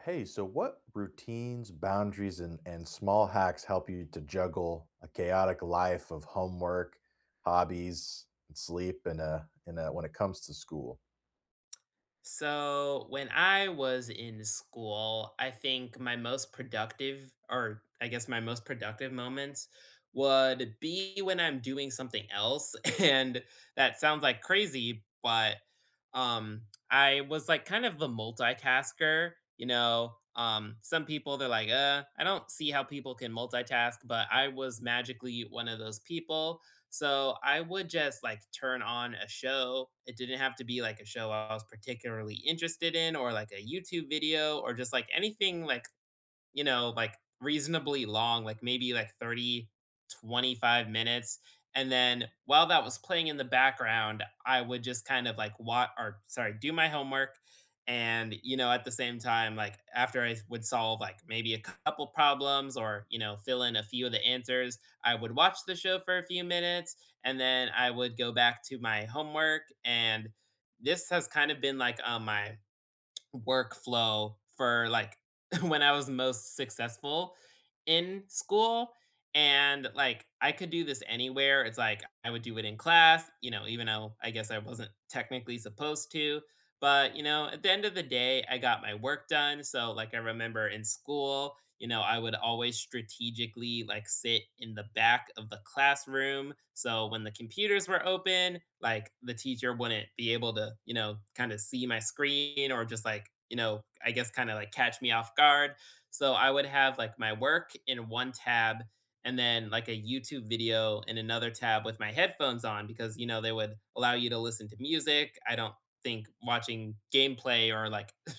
Hey, so what routines, boundaries, and small hacks help you to juggle a chaotic life of homework, hobbies, and sleep and when it comes to school? So when I was in school, I think my most productive, or I guess my most productive moments would be when I'm doing something else. And that sounds like crazy, but um I was like kind of the multitasker, you know. Some people they're like, I don't see how people can multitask, but I was magically one of those people so I would just like turn on a show. It didn't have to be like a show I was particularly interested in or like a YouTube video or just like anything like like reasonably long, like maybe like 30, 25 minutes. And then while that was playing in the background, I would just kind of do my homework. And, you know, at the same time, like after I would solve like maybe a couple problems or, you know, fill in a few of the answers, I would watch the show for a few minutes and then I would go back to my homework. And this has kind of been like my workflow for like when I was most successful in school. And like I could do this anywhere. It's like I would do it in class, you know, even though I guess I wasn't technically supposed to. But, you know, at the end of the day, I got my work done. So, like, I remember in school, you know, I would always strategically like sit in the back of the classroom. So when the computers were open, like the teacher wouldn't be able to, you know, kind of see my screen or just like, you know, I guess kind of like catch me off guard. So I would have like my work in one tab and then like a YouTube video in another tab with my headphones on because, you know, they would allow you to listen to music. I don't think watching gameplay or like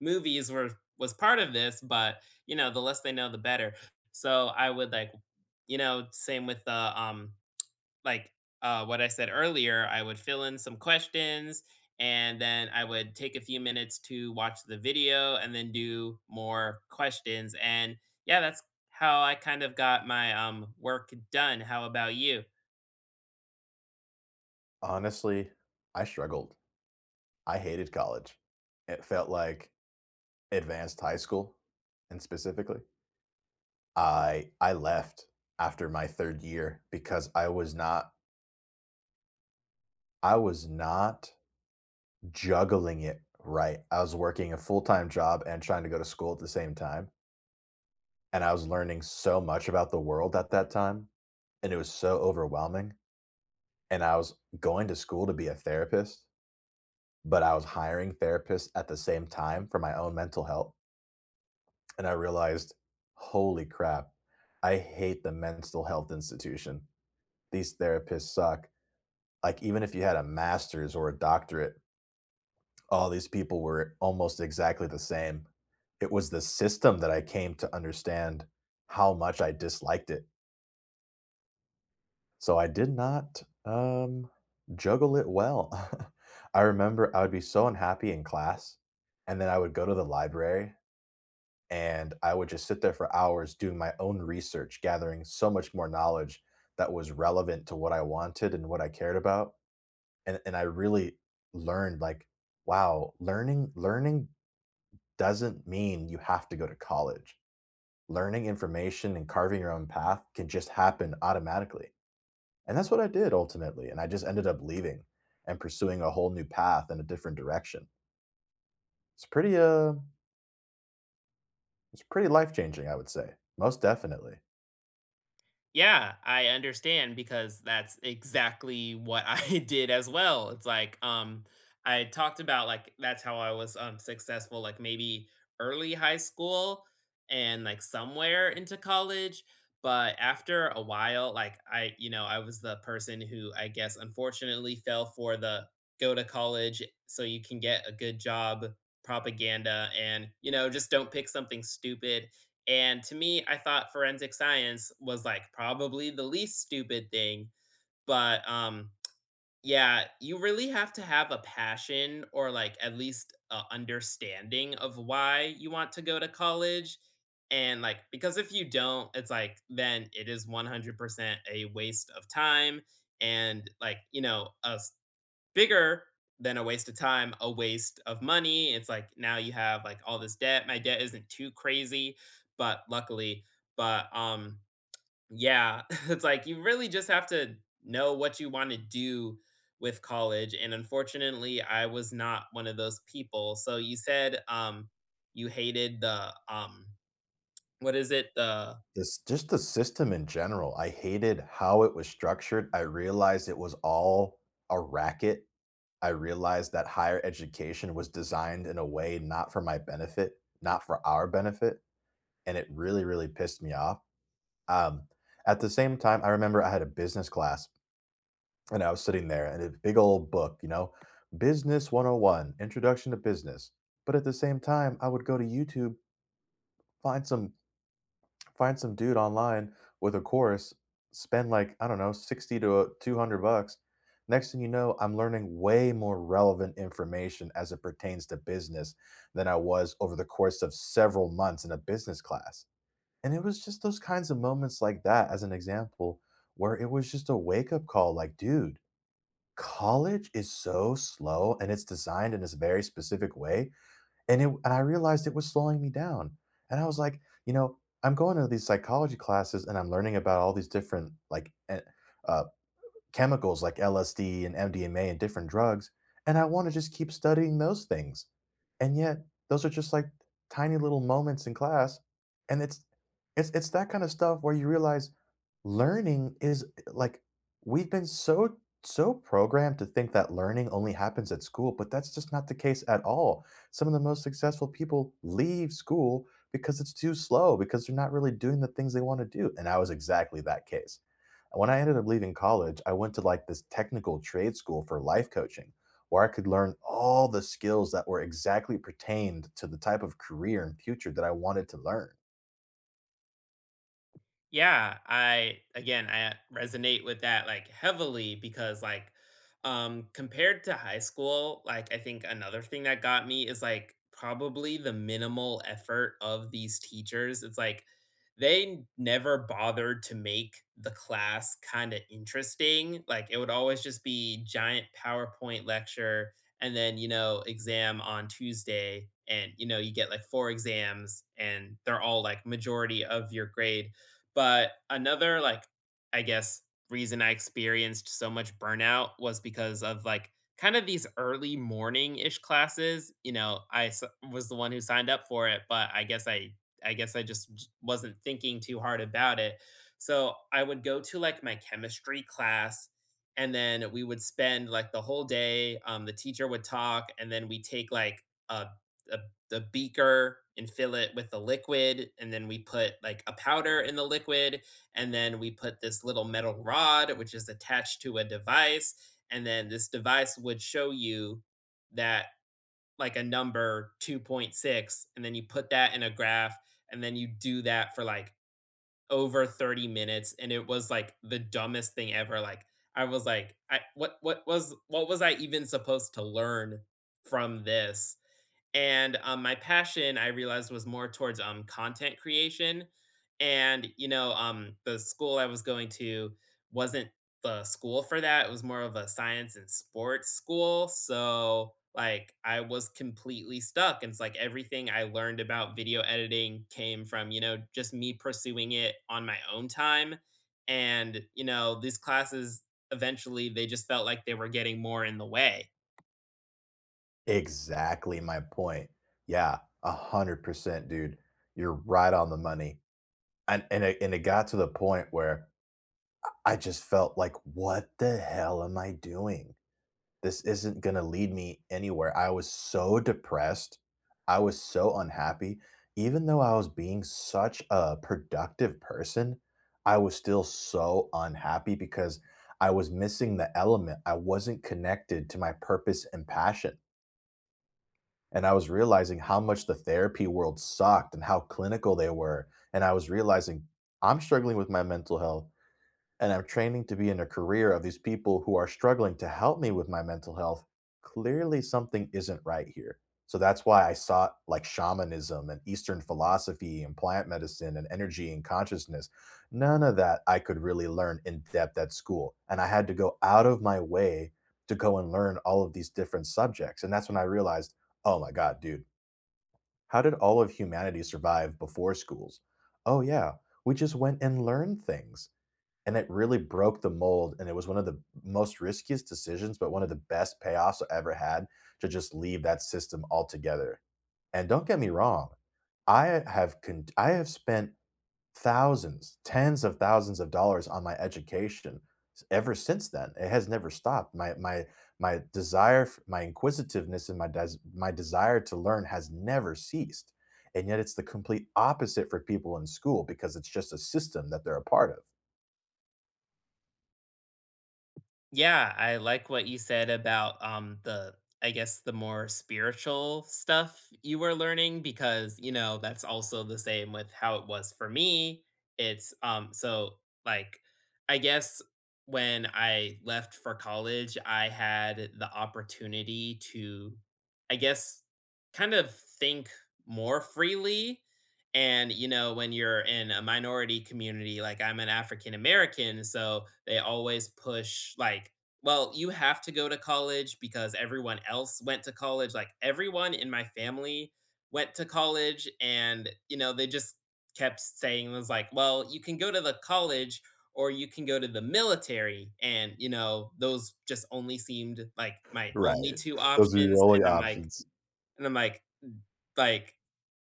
movies were was part of this but you know, the less they know, the better. So I would like, same with the like what I said earlier. I would fill in some questions, and then I would take a few minutes to watch the video, and then do more questions. And yeah, that's how I kind of got my work done. How about you? Honestly, I struggled. I hated college. It felt like advanced high school, and specifically, I left after my third year because I was not juggling it right. I was working a full-time job and trying to go to school at the same time, and I was learning so much about the world at that time, and it was so overwhelming, and I was going to school to be a therapist, but I was hiring therapists at the same time for my own mental health, and I realized, "Holy crap, I hate the mental health institution. These therapists suck." Like, even if you had a master's or a doctorate, all these people were almost exactly the same. It was the system that I came to understand how much I disliked it. So I did not juggle it well. I remember I would be so unhappy in class, and then I would go to the library and I would just sit there for hours doing my own research, gathering so much more knowledge that was relevant to what I wanted and what I cared about. And I really learned like, wow, learning doesn't mean you have to go to college. Learning information and carving your own path can just happen automatically, and that's what I did ultimately, and I just ended up leaving and pursuing a whole new path in a different direction. It's pretty it's pretty life-changing, I would say. Most definitely. Yeah, I understand because that's exactly what I did as well. It's like, I talked about like that's how I was successful, like maybe early high school and like somewhere into college. But after a while, you know, I was the person who I guess unfortunately fell for the go to college so you can get a good job propaganda and, you know, just don't pick something stupid and to me, I thought forensic science was like probably the least stupid thing. But yeah, you really have to have a passion or like at least a understanding of why you want to go to college. And like, because if you don't, it's like, then it is 100% a waste of time. And like, you know, a bigger than a waste of time, a waste of money. It's like now you have like all this debt. My debt isn't too crazy, but luckily, but yeah, it's like you really just have to know what you want to do with college and unfortunately, I was not one of those people. So you said you hated the what is it? The This just the system in general. I hated how it was structured. I realized it was all a racket. I realized that higher education was designed in a way not for my benefit, not for our benefit, and it really, really pissed me off. Um, at the same time, I remember I had a business class. And I was sitting there and a big old book, you know, Business 101, Introduction to Business. But at the same time, I would go to YouTube, find some find some dude online with a course, spend like, I don't know, 60 to 200 bucks. Next thing you know, I'm learning way more relevant information as it pertains to business than I was over the course of several months in a business class. And it was just those kinds of moments like that as an example where it was just a wake up call like, dude, college is so slow, and it's designed in this very specific way, and I realized it was slowing me down, and I was like, you know, I'm going to these psychology classes, and I'm learning about all these different, like, uh chemicals like LSD and MDMA and different drugs, and I want to just keep studying those things. And yet, those are just like tiny little moments in class, and it's that kind of stuff where you realize learning is like we've been so programmed to think that learning only happens at school, but that's just not the case at all. Some of the most successful people leave school because it's too slow, because they're not really doing the things they want to do, and I was exactly that case. When I ended up leaving college, I went to, like, this technical trade school for life coaching, where I could learn all the skills that were exactly pertained to the type of career and future that I wanted to learn. yeah, I again, I resonate with that like heavily because like compared to high school, like I think another thing that got me is like probably the minimal effort of these teachers. It's like they never bothered to make the class kind of interesting. Like it would always just be giant PowerPoint lecture and then, you know, exam on Tuesday and you know, you get like four exams and they're all like majority of your grade but another, like, I guess, reason I experienced so much burnout was because of like kind of these early morning ish classes. You know, was the one who signed up for it, but I guess I just wasn't thinking too hard about it. So I would go to like my chemistry class and then we would spend like the whole day. The teacher would talk and then we take like a a the beaker and fill it with the liquid and then we put like a powder in the liquid and then we put this little metal rod which is attached to a device and then this device would show you that like a number 2.6 and then you put that in a graph and then you do that for like over 30 minutes and it was like the dumbest thing ever like I was like I what was I even supposed to learn from this and, my passion, I realized, was more towards, content creation, and, you know, the school I was going to wasn't the school for that. It was more of a science and sports school, so, like, I was completely stuck, and it's like everything I learned about video editing came from, you know, just me pursuing it on my own time, and, you know, these classes, eventually, they just felt like they were getting more in the way. Exactly my point. Yeah, 100%, dude. You're right on the money. And it got to the point where I just felt like, "What the hell am I doing? This isn't gonna lead me anywhere." I was so depressed. I was so unhappy. Even though I was being such a productive person, I was still so unhappy because I was missing the element. I wasn't connected to my purpose and passion. And I was realizing how much the therapy world sucked and how clinical they were. And I was realizing I'm struggling with my mental health and I'm training to be in a career of these people who are struggling to help me with my mental health. Clearly something isn't right here. So that's why I sought like shamanism and Eastern philosophy and plant medicine and energy and consciousness. None of that I could really learn in depth at school. And I had to go out of my way to go and learn all of these different subjects. And that's when I realized, oh my God, dude, how did all of humanity survive before schools? Oh, yeah, we just went and learned things, and it really broke the mold, and it was one of the most riskiest decisions, but one of the best payoffs I ever had, to just leave that system altogether. And don't get me wrong, I have spent thousands, tens of thousands of dollars on my education ever since then. It has never stopped. My desire, my inquisitiveness, and my desire to learn has never ceased. And yet, it's the complete opposite for people in school because it's just a system that they're a part of. Yeah, I like what you said about the I guess the more spiritual stuff you were learning because, you know, that's also the same with how it was for me. It's like I guess when I left for college, I had the opportunity to I guess kind of think more freely and, you know, when you're in a minority community, like I'm an African American, so they always push, like, well, you have to go to college because everyone else went to college. Like, everyone in my family went to college. And, you know, they just kept saying, was like, well, you can go to the college or you can go to the military. And, you know, those just only seemed like my only Right. two Those are your options. only options. And I'm like,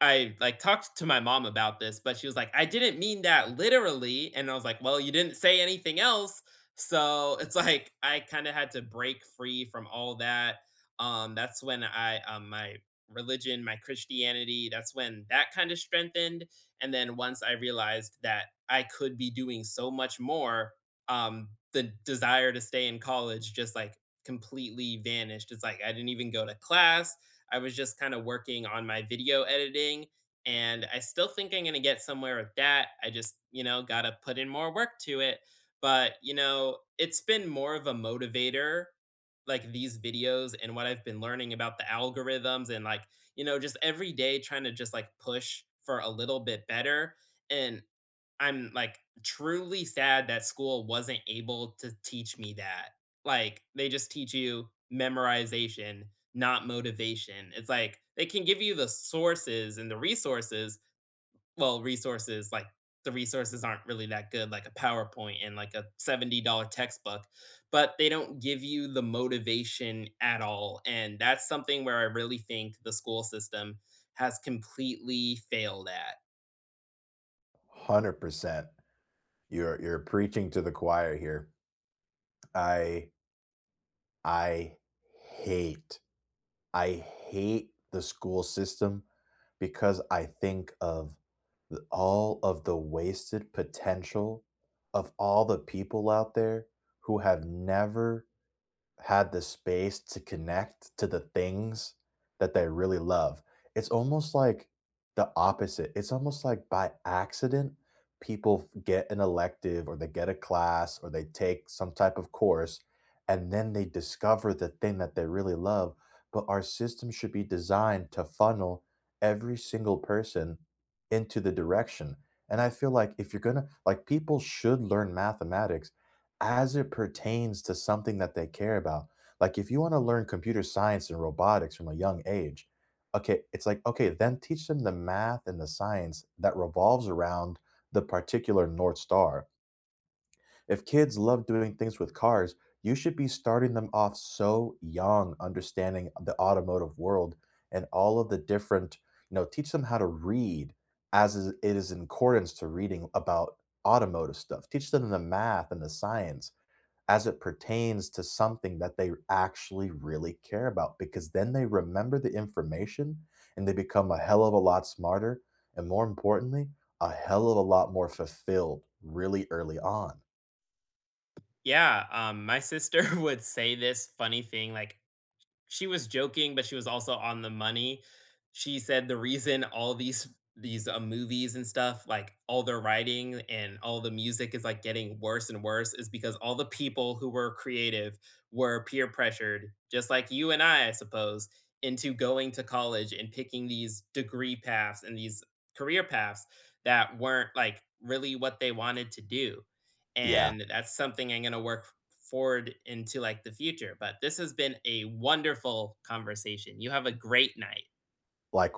I, like, talked to my mom about this, but she was like, "I didn't mean that literally," and I was like, "Well, you didn't say anything else." So, it's like I kinda had to break free from all that. That's when my religion, my Christianity, that's when that kinda strengthened, and then once I realized that I could be doing so much more, the desire to stay in college just, like, completely vanished. It's like I didn't even go to class, I was just kind of working on my video editing and I still think I'm going to get somewhere with that. I just, you know, got to put in more work to it. But, you know, it's been more of a motivator like these videos and what I've been learning about the algorithms and like, you know, just every day trying to just like push for a little bit better. And I'm, like, truly sad that school wasn't able to teach me that. Like, they just teach you memorization, not motivation. It's like, they can give you the sources and the resources. Well, resources, like, the resources aren't really that good, like a PowerPoint and, like, a $70 textbook, but they don't give you the motivation at all, and that's something where I really think the school system has completely failed at. 100%. You're preaching to the choir here. I I hate, I hate the school system because I think of the all of the wasted potential of all the people out there who have never had the space to connect to the things that they really love. It's almost like the opposite. It's almost like by accident, people get an elective or they get a class or they take some type of course and then they discover the thing that they really love. But our system should be designed to funnel every single person into the direction. And I feel like if you're going to, like, people should learn mathematics as it pertains to something that they care about. Like if you want to learn computer science and robotics from a young age, okay, it's like, okay, then teach them the math and the science that revolves around the particular North Star. If kids love doing things with cars, you should be starting them off so young, understanding the automotive world and all of the different, you know, teach them how to read as it is in accordance to reading about automotive stuff. Teach them the math and the science as it pertains to something that they actually really care about, because then they remember the information and they become a hell of a lot smarter, and more importantly, a hell of a lot more fulfilled really early on. Yeah, my sister would say this funny thing, like, she was joking, but she was also on the money. She said the reason all these movies and stuff, like, all the writing and all the music is, like, getting worse and worse is because all the people who were creative were peer pressured, just like you and I suppose, into going to college and picking these degree paths and these career paths that weren't, like, really what they wanted to do, Yeah, and that's something I'm gonna work forward into like the future. But this has been a wonderful conversation. You have a great night. like